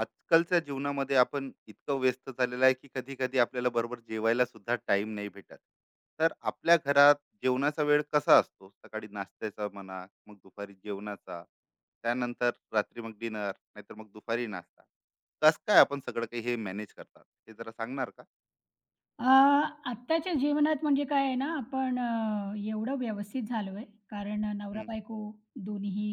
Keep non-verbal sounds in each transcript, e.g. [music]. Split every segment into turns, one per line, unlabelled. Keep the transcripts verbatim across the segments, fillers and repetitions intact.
आजकालच्या जीवनामध्ये आपण इतकं व्यस्त झालेलं आहे की कधी कधी आपल्याला बरोबर जेवायला सुद्धा टाइम नाही भेटत. तर आपल्या घरात जेवणाचा वेळ कसा असतो? सकाळी नाश्त्याचा म्हणा, मग दुपारी जेवणाचा, त्यानंतर रात्री मग डिनर, नाहीतर मग दुपारी नाश्ता. कस काय आपण सगळं काही हे मॅनेज करतात हे जरा सांगणार का?
अ, आत्ताच्या जीवनात म्हणजे काय आहे ना, आपण अ, एवढं व्यवस्थित झालो आहे, कारण
हम्म.
नवरा-बायको दोन्हीही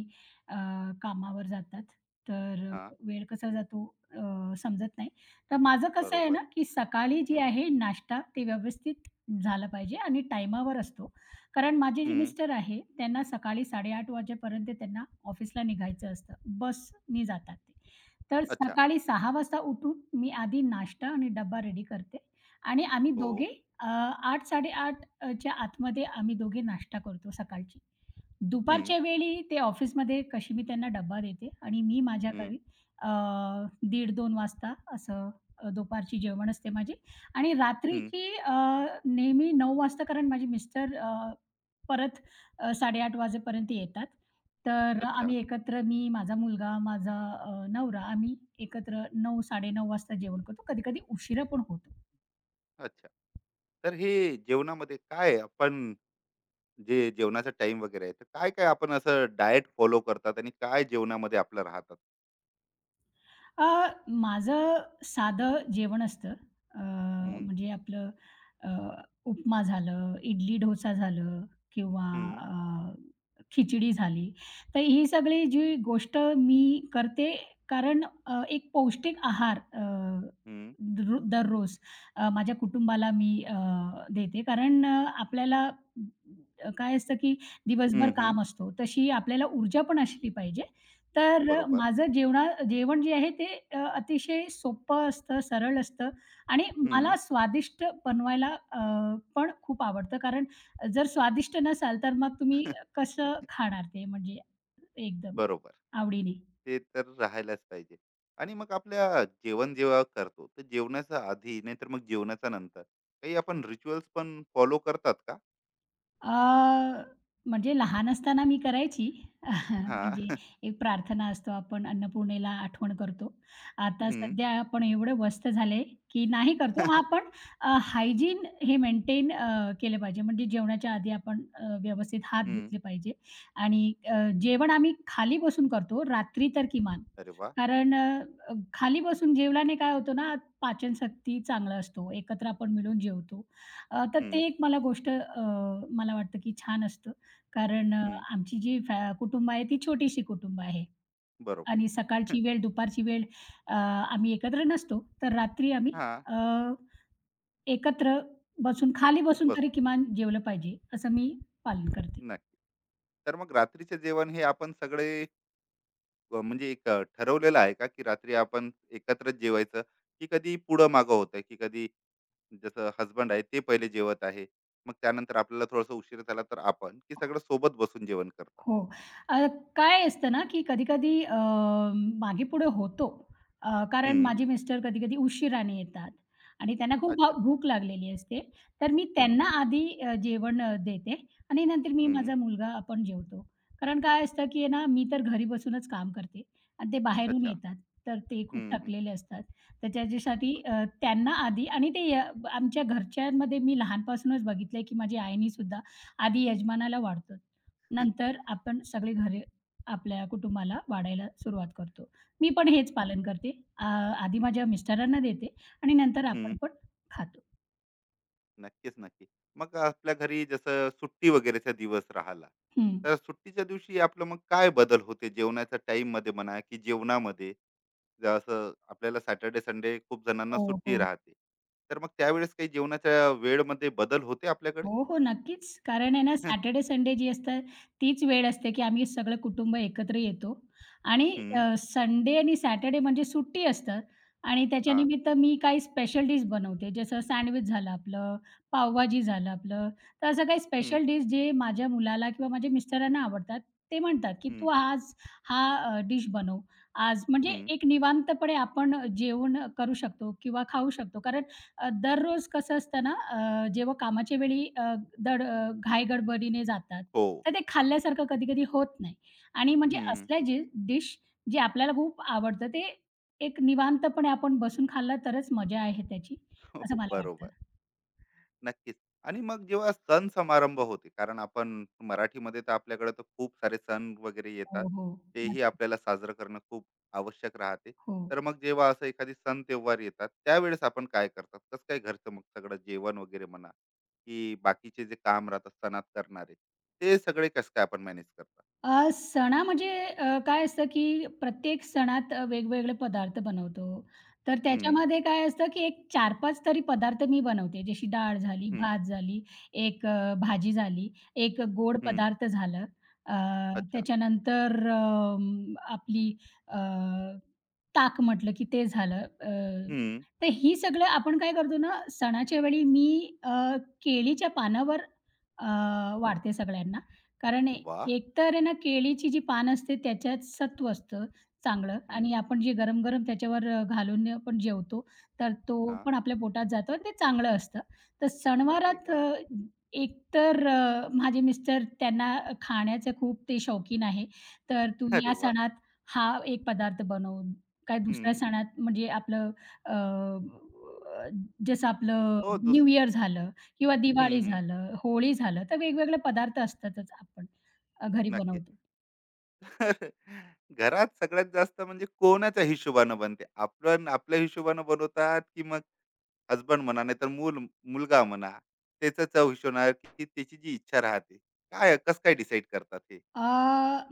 अ, कामावर जातात. तर अ,
हा.
वेळ कसा जातो अ, समजत नाही. तर माझं कसं आहे
बरोबर.
ना, की सकाळी जे
हम्म.
आहे नाश्ता ते व्यवस्थित झाला पाहिजे आणि टाईमावर असतो. कारण माझे जे
हम्म.
मिस्टर आहे, त्यांना सकाळी साडे आठ वाजेपर्यंत त्यांना ऑफिसला निघायचं असतं. बसनी जातात ते. तर
अच्छा.
सकाळी सहा वाजता उठून मी आधी नाश्ता आणि डब्बा रेडी करते आणि आम्ही
हो.
दोघे अ, आठ-साडे आठ अ, च्या आतमध्ये आम्ही दोघे नाश्ता करतो सकाळची.
हम्म.
दुपारच्या वेळी ते ऑफिसमध्ये कशी मी त्यांना डब्बा देते आणि मी माझ्या
हम्म.
घरी अ, दीड-दोन वाजता असं अ, दुपारची जेवण असते माझी आणि
हम्म.
रात्रीची अ, नेहमी नऊ वाजता कारण माझे मिस्टर अ, परत अ, साडे आठ वाजेपर्यंत येतात. तर
अच्छा.
आम्ही एकत्र मी, माझा मुलगा, माझा अ, नवरा आम्ही एकत्र नऊ-साडे नऊ वाजता जेवण करतो. कधी-कधी उशिरा पण होतो.
अच्छा. तर हे जेवणामध्ये काय आपण, जे जेवणाचा टाइम वगैरे आहे, तर काय-काय आपण असं डाएट फॉलो करतात आणि काय जेवणामध्ये आपलं राहतात?
अ, माझं साधं जेवण असतं. अ, हं.
हं.
म्हणजे आपलं अ, उपमा झालं, इडली-डोसा झालं किंवा
हं.
अ, खिचडी झाली. तर ही सगळी जी गोष्ट मी करते कारण अ, एक पौष्टिक आहार अ,
हं.
दर दररोज अ, माझ्या कुटुंबाला मी अ, देते. कारण अ, आपल्याला अ, काय असतं की दिवसभर
हं. हं.
काम असतो, तशी आपल्याला ऊर्जा पण असली पाहिजे. तर अ,
बरोबर.
माझं जेवणा जेवण जे आहे ते अ, अतिशय सोपं असतं, सरळ असतं आणि
हं.
मला स्वादिष्ट बनवायला अ, पण खूप आवडतं. कारण जर स्वादिष्ट नसाल, तर मग तुम्ही
[laughs]
कसं खाणार ते म्हणजे एकदम
बरोबर.
आवडीने?
ते तर राहायलाच पाहिजे. आणि मग आपल्या जेवण जेव्हा करतो, तर जेवणाच्या आधी नाहीतर मग जेवणाच्या नंतर काही आपण रिच्युअल्स पण फॉलो करतात का?
अ, म्हणजे लहान असताना मी करायची. [laughs]
हां.
म्हणजे एक प्रार्थना असतो, आपण अन्नपूर्णेला आठवण करतो. आता
हं.
सध्या आपण एवढे व्यस्त झाले, की नाही
हं.
करतो. हां,
[laughs]
पण हायजीन हे मेंटेन केले केलं पाहिजे. म्हणजे जेवणाच्या आधी आपण अ, व्यवस्थित हात धुतले
[laughs]
पाहिजे आणि अ, जेवण आम्ही खाली बसून करतो, रात्री तर किमान.
अरे वाह!
कारण अ, खाली बसून जेवल्याने काय होतं ना, पाचनशक्ती चांगला असतो. एकत्र आपण मिळून जेवतो. अ, तर
हं,
ते एक मला गोष्ट अ, मला वाटतं की छान असतं. कारण अ,
हं.
आमची जी फॅ कुटुंब आहे ती छोटीशी कुटुंब आहे
बरोबर.
आणि
[laughs]
सकाळची वेळ, दुपारची वेळ अ, आम्ही एकत्र नसतो. तर रात्री आम्ही
हां.
अ, एकत्र बसून खाली बसून तरी
बसून.
किमान जेवलं पाहिजे, असं मी पालन करते.
नक्की. तर मग रात्रीचे जेवण हे आपण सगळे, अ, म्हणजे एक अ, ठरवलेलं आहे का की रात्री आपण एकत्रच जेवायचं, की कधी पुढं मागं होतं, की कधी जसं हसबंड आहे ते पहिले जेवत आहे, मग त्यानंतर आपल्याला थोडासा उशीर झाला तर आपण की सगळं सोबत बसून जेवण करता?
हो. अ, काय असतं ना, की कधी-कधी अ, मागे-पुढे होतो. अ, कारण
हम्म.
माझे मिस्टर कधी-कधी उशिराने येतात आणि त्यांना खूप भा
अच्छा.
भूक लागलेली असते. तर मी
हम्म.
त्यांना आधी अ, जेवण अ, देते आणि नंतर मी,
हम्म.
माझा मुलगा आपण जेवतो. कारण काय असतं, की आहे ना, मी तर घरी बसूनच काम करते आणि ते बाहेरून
अच्छा.
येतात. तर ते खूप
हम्म. हम्म.
थकलेले असतात. तर त्याच्यासाठी
बर.
अ, त्यांना आधी आणि ते अ, आमच्या घरच्यांमध्ये मी लहानपासूनच बघितलंय, की माझी आईनीसुद्धा आधी यजमानाला वाढतो. नंतर आपण सगळी घरे आपल्या कुटुंबाला वाढायला सुरुवात करतो. मी पण हेच
हम्म.
पालन करते. अ, आधी माझ्या मिस्टरांना देते आणि नंतर
हम्म.
आपण पण खातो.
नक्कीच, नक्की. मग आपल्या घरी जसं सुट्टी वगैरेचा दिवस राहिला,
हं.
तर सुट्टीच्या दिवशी आपलं मग काय बदल होते जेवणाच्या टाइम मध्ये म्हणा, की जेवणामध्ये? जसं आपल्याला सॅटर्डे संडे खूप जणांना
हो,
सुट्टी
हो.
राहते, तर मग त्यावेळेस काही जेवणाच्या वेळमध्ये बदल होते आपल्याकडे?
हो, हो. नक्कीच. कारण आहे ना,
[laughs] हं,
सॅटर्डे, संडे जी असतात तीच वेळ असते, की आम्ही सगळं कुटुंब एकत्र येतो आणि
हं.
अ, संडे आणि सॅटर्डे म्हणजे सुट्टी असतं आणि त्याच्या
हा.
निमित्त मी काही स्पेशल डिश बनवते. जसं सँडविच झालं आपलं, पावभाजी झालं आपलं. तर असं काही
हं.
स्पेशल डिश जे माझ्या मुलाला किंवा माझ्या मिस्टरांना आवडतात. ते म्हणतात, की "तू
हं.
आज हा अ, डिश बनव." आज म्हणजे
हं.
एक निवांतपणे आपण जेवण करू शकतो किंवा खाऊ शकतो. कारण अ, दररोज कसं असतं ना, अ, जेव्हा कामाच्या वेळी अ, दड अ, घाईगडबडीने जातात,
हो.
तर ते खाल्ल्यासारखं कधी-कधी होत नाही आणि म्हणजे
हं.
असल्या जे डिश जे आपल्याला खूप आवडतं, ते एक निवांतपणे आपण बसून खाल्लं तरच मजा आहे त्याची,
[laughs]
असं
हो,
मला
बरोबर.
वाटतं.
नक्कीच. आणि मग जेव्हा सण समारंभ होते, कारण आपण मराठीमध्ये तर आपल्याकडे तर खूप सारे सण वगैरे येतात.
हो, हो.
तेही
नक्की.
आपल्याला साजरं करणं खूप आवश्यक राहते.
हो.
तर मग जेव्हा असं एखादी सण तेव्हार येतात, त्यावेळेस आपण काय करतात? कसं काय घरचं मग सगळं जेवण वगैरे म्हणा, की बाकीचे जे काम राहतात सणात करणारे, ते सगळे कसं काय आपण मॅनेज करतात?
अ, सणा म्हणजे अ, काय असतं, की प्रत्येक सणात अ, वेगवेगळे पदार्थ बनवतो. तर
हं.
त्याच्यामध्ये काय असतं, की एक चार पाच तरी पदार्थ मी बनवते. जशी डाळ झाली,
हं.
भात झाली, एक अ, भाजी झाली, एक गोड
हं.
पदार्थ झालं. अ,
अच्छा.
त्याच्यानंतर अं, आपली अ, ताक म्हटलं, की ते झालं. अ,
हं.
तर ही सगळं आपण काय करतो ना, सणाच्या वेळी मी अ, केळीच्या पानावर अ,
हो.
वाढते सगळ्यांना. कारण ए
वाह!
एकतर आहे ना, केळीची जी पानं असते त्याच्यात सत्व असतं चांगलं
हं.
आणि आपण जे गरम-गरम त्याच्यावर अ, घालून आपण जेवतो, तर तो
हां.
पण आपल्या पोटात जातो आणि ते चांगलं असतं. तर
अरे
सणवारात
वाह!
अ, एकतर अ, माझे मिस्टर त्यांना खाण्याचे खूप ते शौकीन आहे. तर तू
अरे
या
वाह!
सणात हा एक पदार्थ बनव, काय दुसऱ्या
हं.
सणात म्हणजे आपलं अ, जसं आपलं
हो,
न्यू
दुसरं.
इयर झालं किंवा
हं,
दिवाळी
हं.
झालं, होळी झालं, तर वेगवेगळे पदार्थ असतातच आपण अ, घरी
नक्कीच.
बनवतो.
तर घरात सगळ्यात जास्त म्हणजे कोणाच्या हिशोबानं बनते? आपण आपल्या हिशोबानं बनवतात, की मग हसबंड म्हणा, नाही तर मूल मुलगा म्हणा, त्याचा चव हिशोबानं, की त्याची जी इच्छा राहते? काय कसं काय डिसाईड करतात हे?
अ,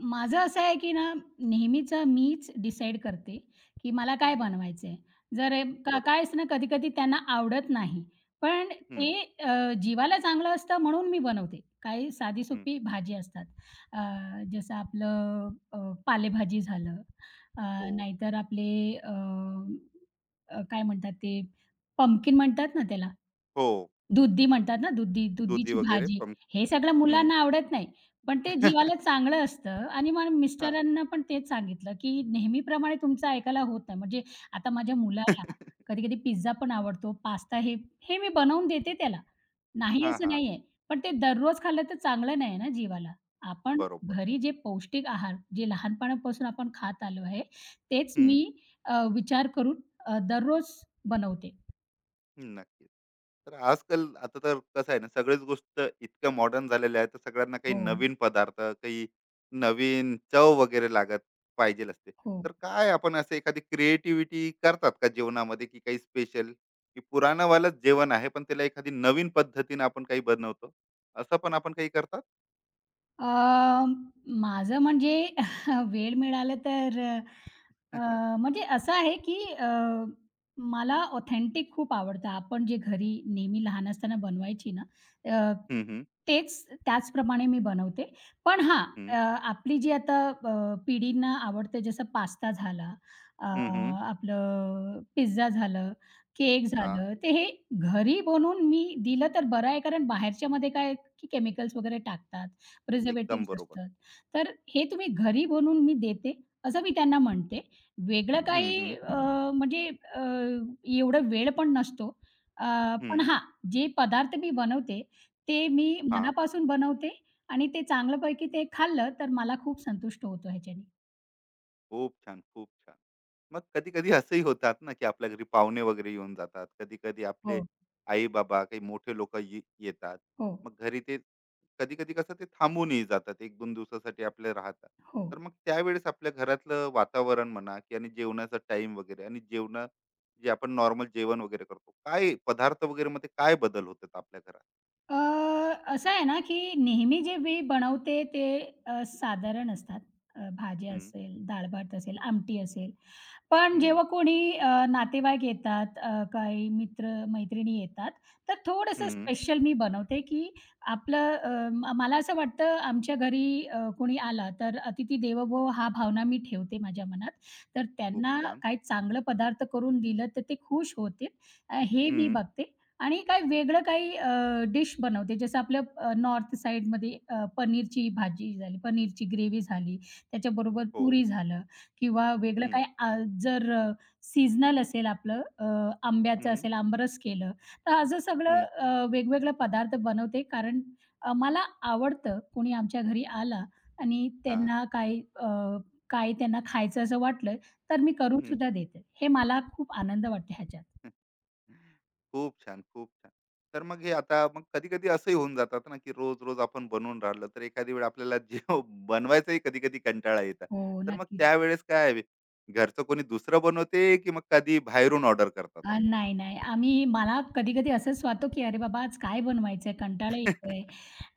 माझं असं आहे की ना, नेहमीचं मीच डिसाईड करते, की मला काय
हं.
बनवायचंय. जर अ, का
बरोबर.
काय असतं ना, कधी-कधी त्यांना आवडत नाही. पण
हं,
ते अ, जीवाला चांगलं असतं म्हणून मी बनवते. काही
हं.
साधी-सोपी भाजी असतात. अ, जसं आपलं अ, पालेभाजी झालं, अ,
हो,
नाहीतर आपले अ, अ, काय म्हणतात ते, पंपकिन म्हणतात ना त्याला.
हो.
दुधी म्हणतात ना, दुधी
दुधी
दुधीची
वगैरे
भाजी.
पण.
हे सगळं
हं.
मुलांना आवडत नाही. पण ते जीवाला चांगलं असतं आणि मग
हां. हां.
मिस्टरांना पण तेच सांगितलं, की नेहमीप्रमाणे तुमचं ऐकायला होत नाही. म्हणजे आता माझ्या मुलाला
[laughs]
कधी-कधी पिझ्झा पण आवडतो, पास्ता हे हे मी बनवून देते
[laughs]
त्याला. नाही असं नाहीये. पण ते दररोज खाल्लं तर चांगलं नाही ना जीवाला. आपण
बरोबर.
घरी जे पौष्टिक आहार, जे लहानपणापासून आपण खात आलो आहे, तेच मी अ, विचार करून अ, दररोज बनवते.
हम्म, नक्कीच. तर आजकाल आता तर कसं आहे ना, सगळ्याच गोष्ट इतक्या मॉडर्न झालेल्या आहेत, तर सगळ्यांना काही
हो,
नवीन पदार्थ, काही नवीन चव वगैरे लागत पाहिजेल असते.
हो.
तर काय आपण असं एखादी क्रिएटिव्हिटी करतात का जेवणामध्ये, की काही स्पेशल, की पुराणावालंच जेवण आहे, पण त्याला एखादी नवीन पद्धतीनं आपण काही बनवतो, असं पण आपण काही करतात?
अ, माझं म्हणजे [laughs] वेळ मिळाला तर
[laughs]
अ, म्हणजे असं आहे, की अ, मला ऑथेंटिक खूप आवडतं. आपण जे घरी नेहमी लहान असताना बनवायची ना, अ,
हं, हं.
तेच त्याचप्रमाणे मी बनवते. पण हां,
हं.
अ, आपली जी आता अ, पिढींना आवडते जसं पास्ता झाला, अ,
हं, हं.
आपलं पिझ्झा झालं, केक
हां.
झालं, ते हे घरी बनवून मी दिलं तर बरं आहे, कारण बाहेरच्यामध्ये काय की केमिकल्स वगैरे टाकतात,
एकदम
प्रिझर्व्हेटिव्हज
बरोबर.
असतात. तर हे तुम्ही घरी बनवून मी देते, असं मी त्यांना म्हणते. वेगळं
हं,
काही
हं.
अ, म्हणजे अ, एवढा वेळ पण नसतो. अ, पण
हं.
हां, जे पदार्थ मी बनवते, ते मी
हां.
मनापासून बनवते आणि ते चांगल्यापैकी ते खाल्लं, तर मला खूप संतुष्ट होतो ह्याच्याने.
खूप छान, खूप छान. मग कधी-कधी असंही होतात ना, की आपल्या घरी पाहुणे वगैरे येऊन जातात. कधी-कधी आपले
हो,
आई-बाबा, काही मोठे लोकं ये येतात.
हो,
मग घरी ते कधी-कधी कसं ते थांबूनही जातात. एक-दोन दिवसासाठी आपले राहतात.
हो.
तर मग त्यावेळेस आपल्या घरातलं वातावरण म्हणा, की आणि जेवणाचा टाईम वगैरे आणि जेवण जे आपण नॉर्मल जेवण वगैरे करतो, काय पदार्थ वगैरे मध्ये काय बदल होतात आपल्या घरात?
अ, असं आहे ना, की नेहमी जे मी बनवते ते अ, साधारण असतात. अ, भाज्या
हं.
असेल, डाळ-भात असेल, आमटी असेल. पण
हं.
जेव्हा कोणी अ, नातेवाईक येतात, अ, काही मित्र-मैत्रिणी येतात, तर थोडंसं
हं.
स्पेशल मी बनवते, की आपलं अ, म मला असं वाटतं आमच्या घरी अ, कोणी आला तर "अतिथी देवो हा भावना मी ठेवते माझ्या मनात. तर
खूप
त्यांना
छान.
काही चांगलं पदार्थ करून दिलं तर ते खुश होतील. अ, हे मी
हं.
बघते. आणि काही वेगळं काही डिश बनवते. जसं आपलं अ, नॉर्थ साइडमध्ये अ, पनीरची भाजी झाली, पनीरची ग्रेव्ही झाली, त्याच्याबरोबर
हो.
पुरी झालं किंवा वेगळं
हं,
काही अ, जर अ, सीजनल असेल आपलं अ, आंब्याचं
हं.
असेल, आमरस केलं, तर असं सगळं
हं.
अ, वेगवेगळे पदार्थ बनवते. कारण अ, मला आवडतं कोणी आमच्या घरी आला आणि
हां.
त्यांना काही अ, काही त्यांना खायचं असं वाटलं, तर मी करून
हं.
सुद्धा देते. हे मला खूप आनंद वाटतो ह्याच्यात.
खूप छान, खूप छान. तर मग हे आता मग कधी-कधी असंही होऊन जातात ना, की रोज-रोज आपण बनवून राहिलं, तर एखादी वेळ आपल्याला जेव बनवायचाही कधी-कधी कंटाळा येतात.
हो,
तर मग
नक्कीच.
त्यावेळेस काय आहे, घरचं कोणी दुसरं बनवते, की मग कधी बाहेरून ऑर्डर करतात
अ,
आपण?
नाही, नाही. आम्ही मला कधी-कधी असंच वाटतो, की "अरे बाबा, आज काय बनवायचंय? कंटाळा येतोय.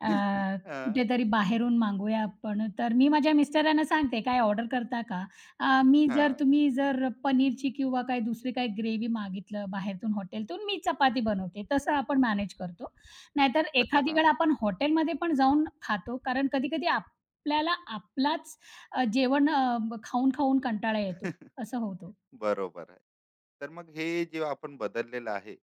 अ,
हां,
कुठेतरी बाहेरून मागवूया आपण." तर मी माझ्या मिस्टरांना सांगते, "काय ऑर्डर करता का?" अ, "मी जर
हां.
तुम्ही जर पनीरची किंवा काही दुसरी काही ग्रेव्ही मागितलं बाहेरतून हॉटेलतून, मी चपाती बनवते." तसं आपण मॅनेज करतो. नाहीतर
अच्छा,
एखादी
हां.
वेळ आपण हॉटेलमध्ये पण जाऊन खातो, कारण कधी-कधी आपल्याला आपलाच अ, जेवण अ, खाऊन-खाऊन कंटाळा येतो.
[laughs]
असं होतो.
बरोबर आहे. तर मग हे जे आपण बदललेलं आहे,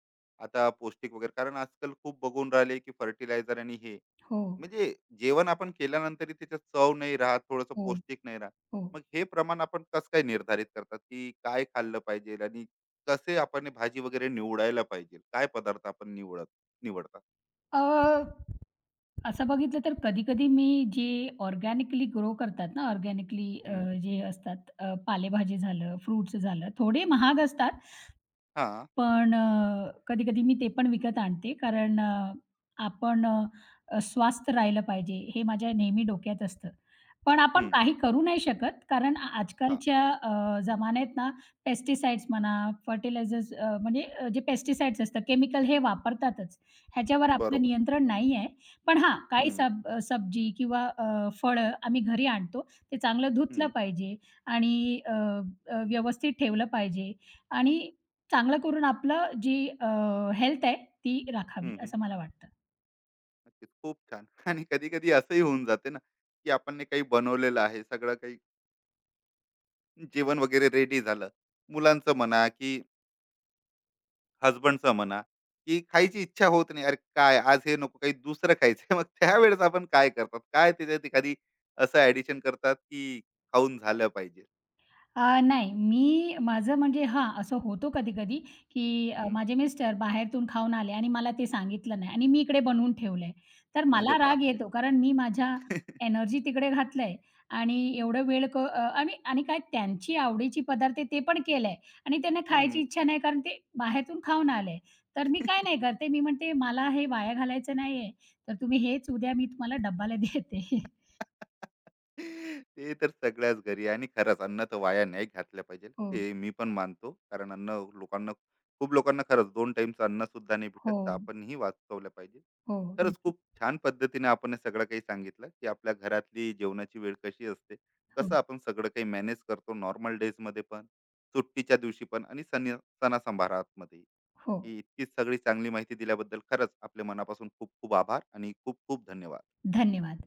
आता पौष्टिक वगैरे, कारण आजकाल खूप बघून राहिले, की फर्टिलायझर आणि हे
हो,
म्हणजे जेवण आपण केल्यानंतरही त्याच्यात चव नाही राहत, थोडंसं
हो,
पौष्टिक नाही राहत.
हो.
मग हे प्रमाण आपण कसं काय निर्धारित करतात, की काय खाल्लं पाहिजे, आणि कसे आपण हे भाजी वगैरे निवडायला पाहिजे? काय पदार्थ आपण निवडत निवडतात?
अ, असं बघितलं तर कधी-कधी मी जे ऑर्गॅनिकली ग्रो करतात ना, ऑर्गॅनिकली अ,
हं.
जे असतात अ, पालेभाजी झालं, फ्रुट्स झालं, थोडे महाग असतात.
हां.
पण अ, कधी-कधी मी ते पण विकत आणते कारण अ, आपण अ, स्वस्थ राहिलं पाहिजे हे माझ्या नेहमी डोक्यात असतं. पण आपण
हं.
काही करू नाही शकत कारण आ
हां.
आजकालच्या अ, जमान्यात ना पेस्टिसाइड्स म्हणा, फर्टिलायझर्स अ, म्हणजे अ, जे पेस्टिसाइड्स असतात, केमिकल हे वापरतातच. ह्याच्यावर आपलं
बरोबर.
नियंत्रण नाही आहे. पण हां, काही
हं,
सब अ, सब्जी किंवा अ, फळं आम्ही घरी आणतो. ते चांगलं धुतलं
हं.
पाहिजे आणि अ, अ, व्यवस्थित ठेवलं पाहिजे आणि चांगलं करून आपलं जी हेल्थ आहे ती राखावी
हं, हं.
असं मला वाटतं.
नक्कीच. खूप छान. [laughs] आणि कधी-कधी असंही होऊन जाते ना, की आपण ने काही बनवलेलं आहे, सगळं काही जेवण वगैरे रेडी झालं. मुलांचं म्हणा, की हसबंडचं म्हणा, की खायची इच्छा होत नाही. अरे काय आज हे नको, काही दुसरं खायचंय. [laughs] मग त्यावेळेस आपण काय करतात? काय त्याच्यात एखादी असं ॲडिशन करतात, की खाऊन झालं पाहिजे?
अ, नाही. मी माझं म्हणजे हां, असं होतो कधी-कधी, की अ,
हं.
माझे मिस्टर बाहेरून खाऊन आले आणि मला ते सांगितलं नाही आणि मी इकडे बनवून ठेवलंय. तर
अरे
मला राग
बापरे!
येतो कारण मी माझ्या
[laughs]
एनर्जी तिकडे घातलंय आणि एवढं वेळ क अ, आणि आणि काय त्यांची आवडीची पदार्थ ते पण केलंय आणि त्यांना
हं.
खायची इच्छा नाही कारण ते बाहेरून खाऊन आले. तर मी काय नाही करते, मी म्हणते, "मला हे वाया घालायचं नाहीये, तर तुम्ही हेच उद्या मी तुम्हाला डब्याला [laughs] देते."
ते तर सगळ्याच घरी. आणि खरंच अन्न तर वाया नाही घातलं पाहिजे,
हो.
हे मी पण मानतो. कारण अन्न लोकांना, खूप लोकांना खरंच दोन टाइमचं अन्न सुद्धा नाही भेटत,
हो.
तर आपणही वाचवलं पाहिजे.
हो.
खरंच
नक्की.
खूप छान पद्धतीने आपण हे सगळं काही सांगितलं, की आपल्या घरातली जेवणाची वेळ कशी असते,
हो.
कसं आपण सगळं काही मॅनेज करतो नॉर्मल डेज मध्ये पण, सुट्टीच्या दिवशी पण, आणि सण सणासंभारात मध्ये.
हो.
ही इतकी सगळी चांगली माहिती दिल्याबद्दल खरंच आपल्या मनापासून खूप खूप आभार आणि खूप खूप धन्यवाद.
धन्यवाद.